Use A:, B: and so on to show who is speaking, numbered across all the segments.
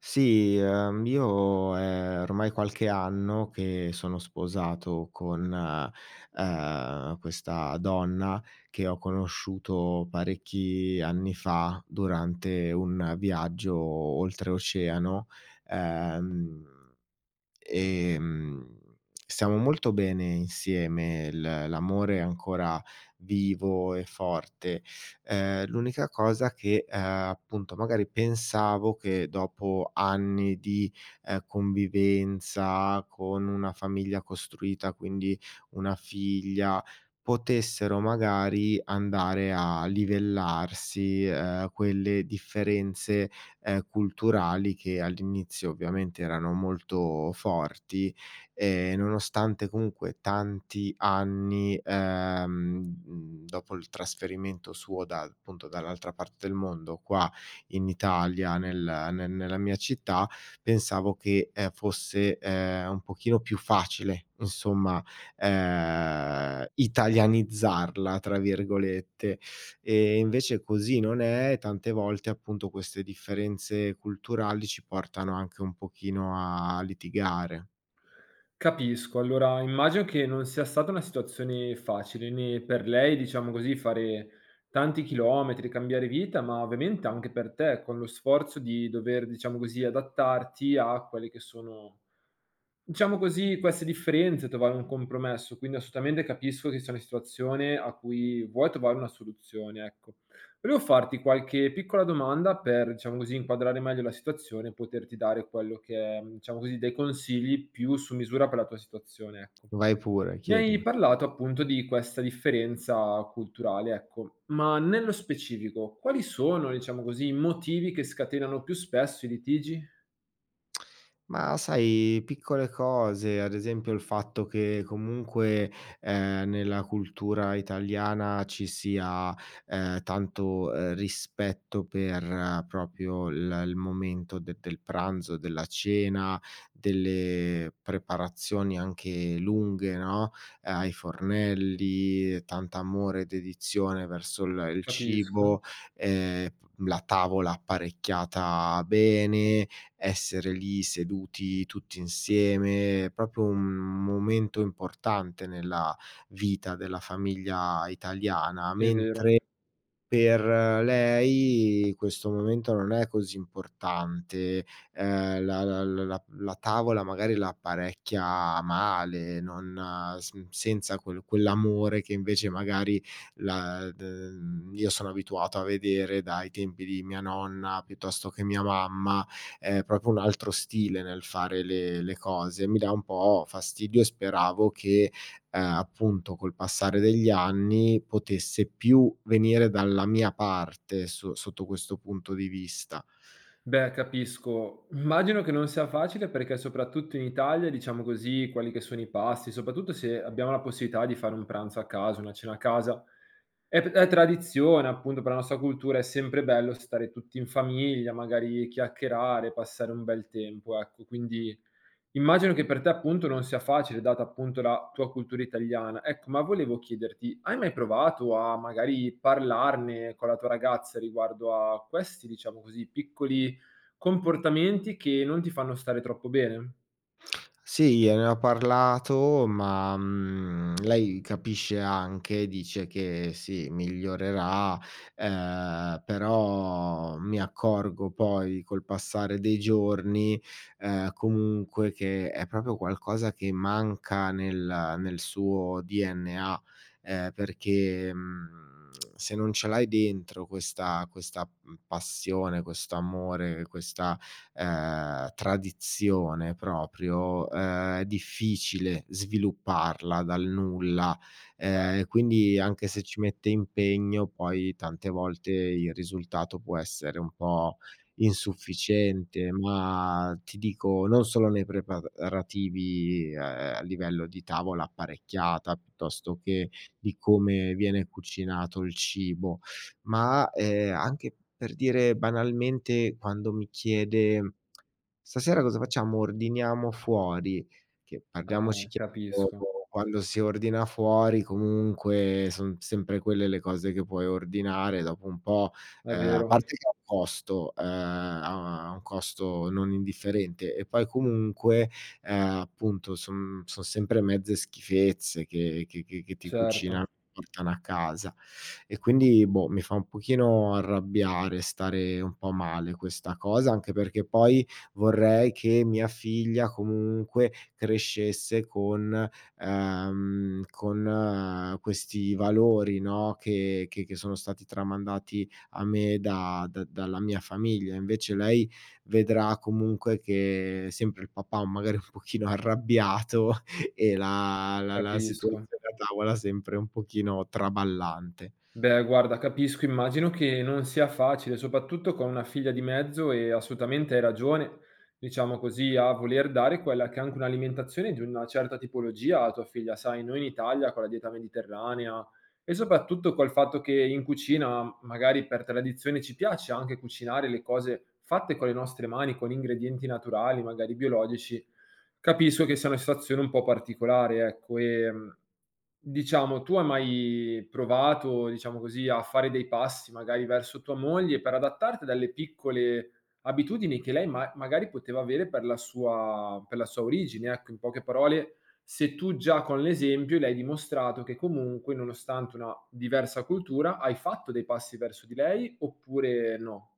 A: Sì, io è ormai qualche anno che sono sposato con, questa donna che ho conosciuto parecchi anni fa durante un viaggio oltreoceano. ehm Ehm, Stiamo molto bene insieme, l'amore è ancora vivo e forte. L'unica cosa che, appunto, magari pensavo che dopo anni di, convivenza con una famiglia costruita, quindi una figlia, potessero magari andare a livellarsi, quelle differenze culturali che all'inizio ovviamente erano molto forti, nonostante comunque tanti anni, dopo il trasferimento suo da appunto dall'altra parte del mondo qua in Italia, nella mia città. Pensavo che, fosse, un pochino più facile insomma, "italianizzarla" tra virgolette, e invece così non è, e tante volte appunto queste differenze culturali ci portano anche un pochino a litigare.
B: Capisco. Allora immagino che non sia stata una situazione facile, né per lei, diciamo così, fare tanti chilometri, cambiare vita, ma ovviamente anche per te, con lo sforzo di dover, diciamo così, adattarti a quelle che sono diciamo così, queste differenze, trovare un compromesso, quindi assolutamente capisco che sia una situazione a cui vuoi trovare una soluzione, ecco. Volevo farti qualche piccola domanda per, diciamo così, inquadrare meglio la situazione e poterti dare quello che è, diciamo così, dei consigli più su misura per la tua situazione, ecco.
A: Vai pure,
B: Mi
A: chiedi.
B: hai parlato appunto di questa differenza culturale, ecco, ma nello specifico, quali sono, diciamo così, i motivi che scatenano più spesso i litigi?
A: Ma sai, piccole cose, ad esempio il fatto che comunque, nella cultura italiana ci sia, tanto, rispetto per proprio il momento de del pranzo, della cena, delle preparazioni anche lunghe, no, ai fornelli, tanta amore e dedizione verso il
B: Capisco,
A: cibo, ehm, la tavola apparecchiata bene, essere lì seduti tutti insieme. È proprio un momento importante nella vita della famiglia italiana,
B: è vero.
A: mentre per lei questo momento non è così importante. La tavola magari la apparecchia male, non s senza quell'amore che invece magari la d io sono abituato a vedere dai tempi di mia nonna piuttosto che mia mamma. È proprio un altro stile nel fare le cose. Mi dà un po' fastidio e speravo che, appunto col passare degli anni potesse più venire dalla mia parte sotto questo punto di vista.
B: Beh, capisco. Immagino che non sia facile perché soprattutto in Italia, diciamo così, quelli che sono i pasti, soprattutto se abbiamo la possibilità di fare un pranzo a casa, una cena a casa, è tradizione, appunto, per la nostra cultura è sempre bello stare tutti in famiglia, magari chiacchierare, passare un bel tempo, ecco, quindi immagino che per te appunto non sia facile, data appunto la tua cultura italiana. Ecco, ma volevo chiederti, hai mai provato a magari parlarne con la tua ragazza riguardo a questi, diciamo così, piccoli comportamenti che non ti fanno stare troppo bene?
A: Sì, gliene ho parlato, ma, lei capisce anche, dice che sì, migliorerà, però mi accorgo poi col passare dei giorni, comunque che è proprio qualcosa che manca nel suo DNA, perché, se non ce l'hai dentro questa passione, questo amore, questa tradizione proprio, è difficile svilupparla dal nulla, quindi anche se ci mette impegno poi tante volte il risultato può essere un po' insufficiente. Ma ti dico, non solo nei preparativi, a livello di tavola apparecchiata, piuttosto che di come viene cucinato il cibo, ma, anche per dire banalmente quando mi chiede: "Stasera cosa facciamo? Ordiniamo fuori?" Che
B: Ah,
A: parliamoci chiaro,
B: capisco,
A: quando si ordina fuori comunque son sempre quelle le cose che puoi ordinare, dopo un po',
B: è
A: a
B: vero,
A: parte che ha un costo, ha un costo non indifferente, e poi comunque, appunto son sempre mezze schifezze che ti cucinano
B: certo,
A: e portano a casa. E quindi, boh, mi fa un pochino arrabbiare, stare un po' male questa cosa, anche perché poi vorrei che mia figlia comunque crescesse con questi valori, no, che sono stati tramandati a me da da dalla mia famiglia. Invece lei vedrà comunque che sempre il papà magari un pochino arrabbiato e la situazione
B: capisco.
A: a tavola sempre un pochino traballante.
B: Beh, guarda, capisco, immagino che non sia facile, soprattutto con una figlia di mezzo e assolutamente hai ragione, diciamo così, a voler dare quella che è anche un'alimentazione di una certa tipologia a tua figlia. Sai, noi in Italia con la dieta mediterranea e soprattutto col fatto che in cucina, magari per tradizione, ci piace anche cucinare le cose fatte con le nostre mani, con ingredienti naturali, magari biologici. Capisco che sia una situazione un po' particolare, ecco. Diciamo, tu hai mai provato, diciamo così, a fare dei passi magari verso tua moglie per adattarti dalle piccole abitudini che lei ma magari poteva avere per la sua origine, ecco. In poche parole, se tu già con l'esempio le hai dimostrato che comunque, nonostante una diversa cultura, hai fatto dei passi verso di lei oppure no?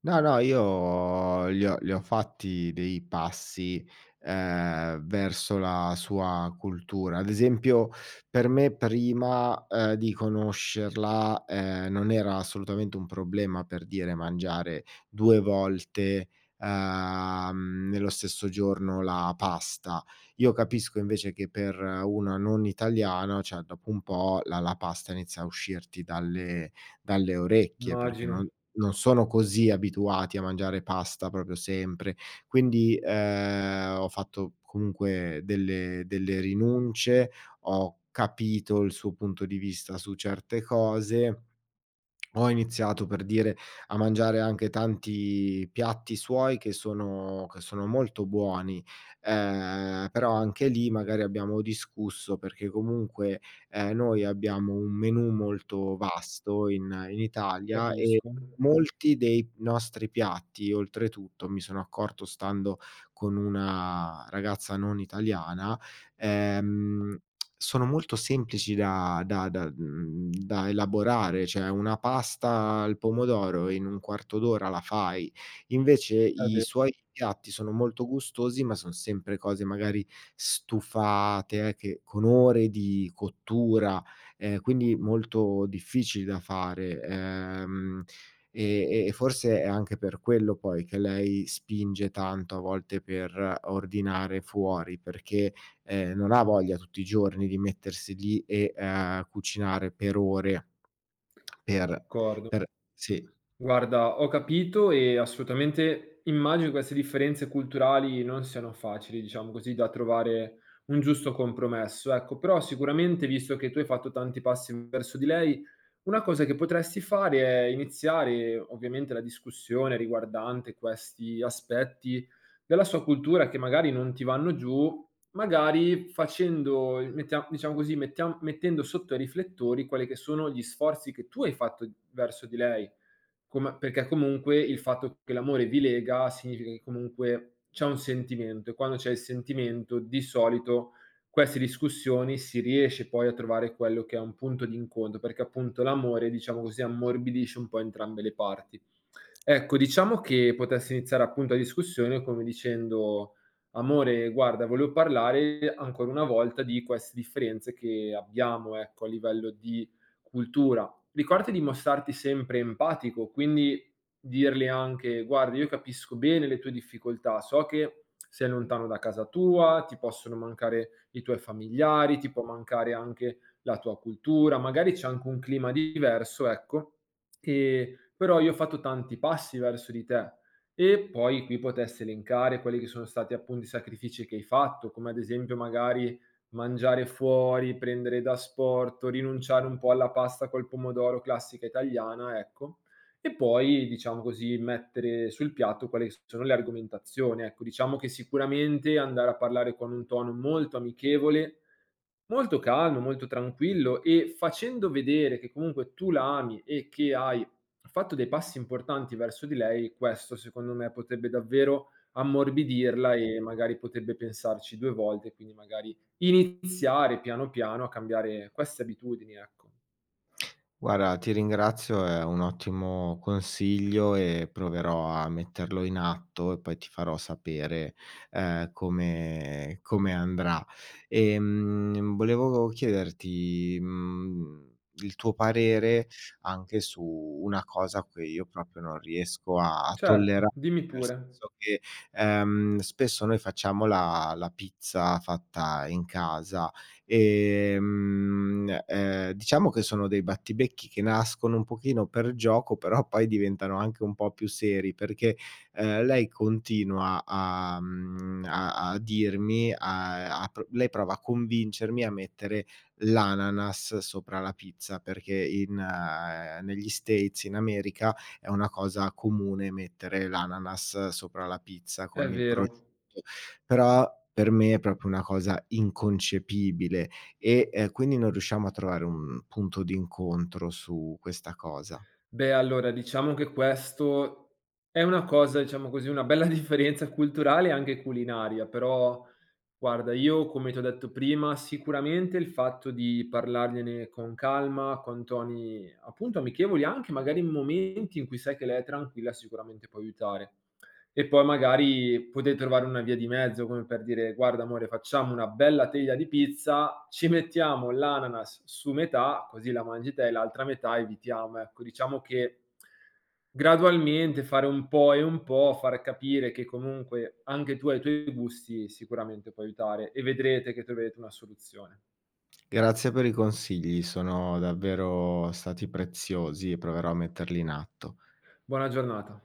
A: No, no, io li ho fatti dei passi, verso la sua cultura. Ad esempio, per me prima, di conoscerla, non era assolutamente un problema, per dire, mangiare 2 volte, nello stesso giorno la pasta. Io capisco invece che per una non italiana, cioè dopo un po' la pasta inizia a uscirti dalle orecchie, perché
B: Immagino,
A: non sono così abituati a mangiare pasta proprio sempre. Quindi, ho fatto comunque delle rinunce, ho capito il suo punto di vista su certe cose, ho iniziato, per dire, a mangiare anche tanti piatti suoi che sono molto buoni, però anche lì magari abbiamo discusso perché comunque, noi abbiamo un menù molto vasto in in Italia, e
B: capisco.
A: molti dei nostri piatti, oltretutto, mi sono accorto stando con una ragazza non italiana, ehm sono molto semplici da elaborare. Cioè una pasta al pomodoro in un quarto d'ora la fai. Invece
B: È
A: i
B: ve
A: suoi piatti sono molto gustosi, ma son sempre cose magari stufate, che con ore di cottura, quindi molto difficili da fare. E forse è anche per quello poi che lei spinge tanto a volte per ordinare fuori, perché non ha voglia tutti i giorni di mettersi lì e, cucinare per ore per
B: D'accordo.
A: per sì.
B: Guarda, ho capito e assolutamente immagino che queste differenze culturali non siano facili, diciamo così, da trovare un giusto compromesso. Ecco, però sicuramente, visto che tu hai fatto tanti passi verso di lei, una cosa che potresti fare è iniziare ovviamente la discussione riguardante questi aspetti della sua cultura che magari non ti vanno giù, magari facendo, mettia- diciamo così, mettia- mettendo sotto i riflettori quelli che sono gli sforzi che tu hai fatto verso di lei come perché comunque il fatto che l'amore vi lega significa che comunque c'è un sentimento e quando c'è il sentimento di solito queste discussioni si riesce poi a trovare quello che è un punto d'incontro, perché appunto l'amore, diciamo così, ammorbidisce un po' entrambe le parti. Ecco, diciamo che potesse iniziare appunto la discussione come dicendo: "Amore guarda, volevo parlare ancora una volta di queste differenze che abbiamo, ecco, a livello di cultura". Ricordati di mostrarti sempre empatico, quindi dirle anche: "Guarda, io capisco bene le tue difficoltà, so che sei lontano da casa tua, ti possono mancare i tuoi familiari, ti può mancare anche la tua cultura", magari c'è anche un clima diverso, ecco, però io ho fatto tanti passi verso di te. E poi qui potessi elencare quelli che sono stati appunto i sacrifici che hai fatto, come ad esempio magari mangiare fuori, prendere da asporto, rinunciare un po' alla pasta col pomodoro classica italiana, ecco. E poi, diciamo così, mettere sul piatto quelle che sono le argomentazioni, ecco. Diciamo che sicuramente andare a parlare con un tono molto amichevole, molto calmo, molto tranquillo e facendo vedere che comunque tu la ami e che hai fatto dei passi importanti verso di lei, questo secondo me potrebbe davvero ammorbidirla e magari potrebbe pensarci 2 volte, quindi magari iniziare piano piano a cambiare queste abitudini, ecco.
A: Guarda, ti ringrazio, è un ottimo consiglio e proverò a metterlo in atto e poi ti farò sapere, come come andrà. Volevo chiederti, il tuo parere anche su una cosa che io proprio non riesco a
B: Certo,
A: tollera,
B: dimmi
A: nel
B: pure.
A: senso che, spesso noi facciamo la pizza fatta in casa. Diciamo che sono dei battibecchi che nascono un pochino per gioco, però poi diventano anche un po' più seri perché, lei continua a mhmm, a a dirmi, a a pr lei prova a convincermi a mettere l'ananas sopra la pizza, perché in negli States, in America, è una cosa comune mettere l'ananas sopra la pizza
B: È
A: con il
B: vero.
A: prosciutto. Però per me è proprio una cosa inconcepibile e, quindi non riusciamo a trovare un punto d'incontro su questa cosa.
B: Beh, allora diciamo che questo è una cosa, diciamo così, una bella differenza culturale e anche culinaria, però guarda, io come ti ho detto prima, sicuramente il fatto di parlargliene con calma, con toni appunto amichevoli, anche magari in momenti in cui sai che lei è tranquilla, sicuramente può aiutare. E poi magari potete trovare una via di mezzo, come per dire: "Guarda amore, facciamo una bella teglia di pizza, ci mettiamo l'ananas su metà, così la mangi te e l'altra metà evitiamo." Ecco, diciamo che gradualmente fare un po' e un po', far capire che comunque anche tu hai i tuoi gusti, sicuramente può aiutare e vedrete che troverete una soluzione.
A: Grazie per i consigli, sono davvero stati preziosi e proverò a metterli in atto.
B: Buona giornata.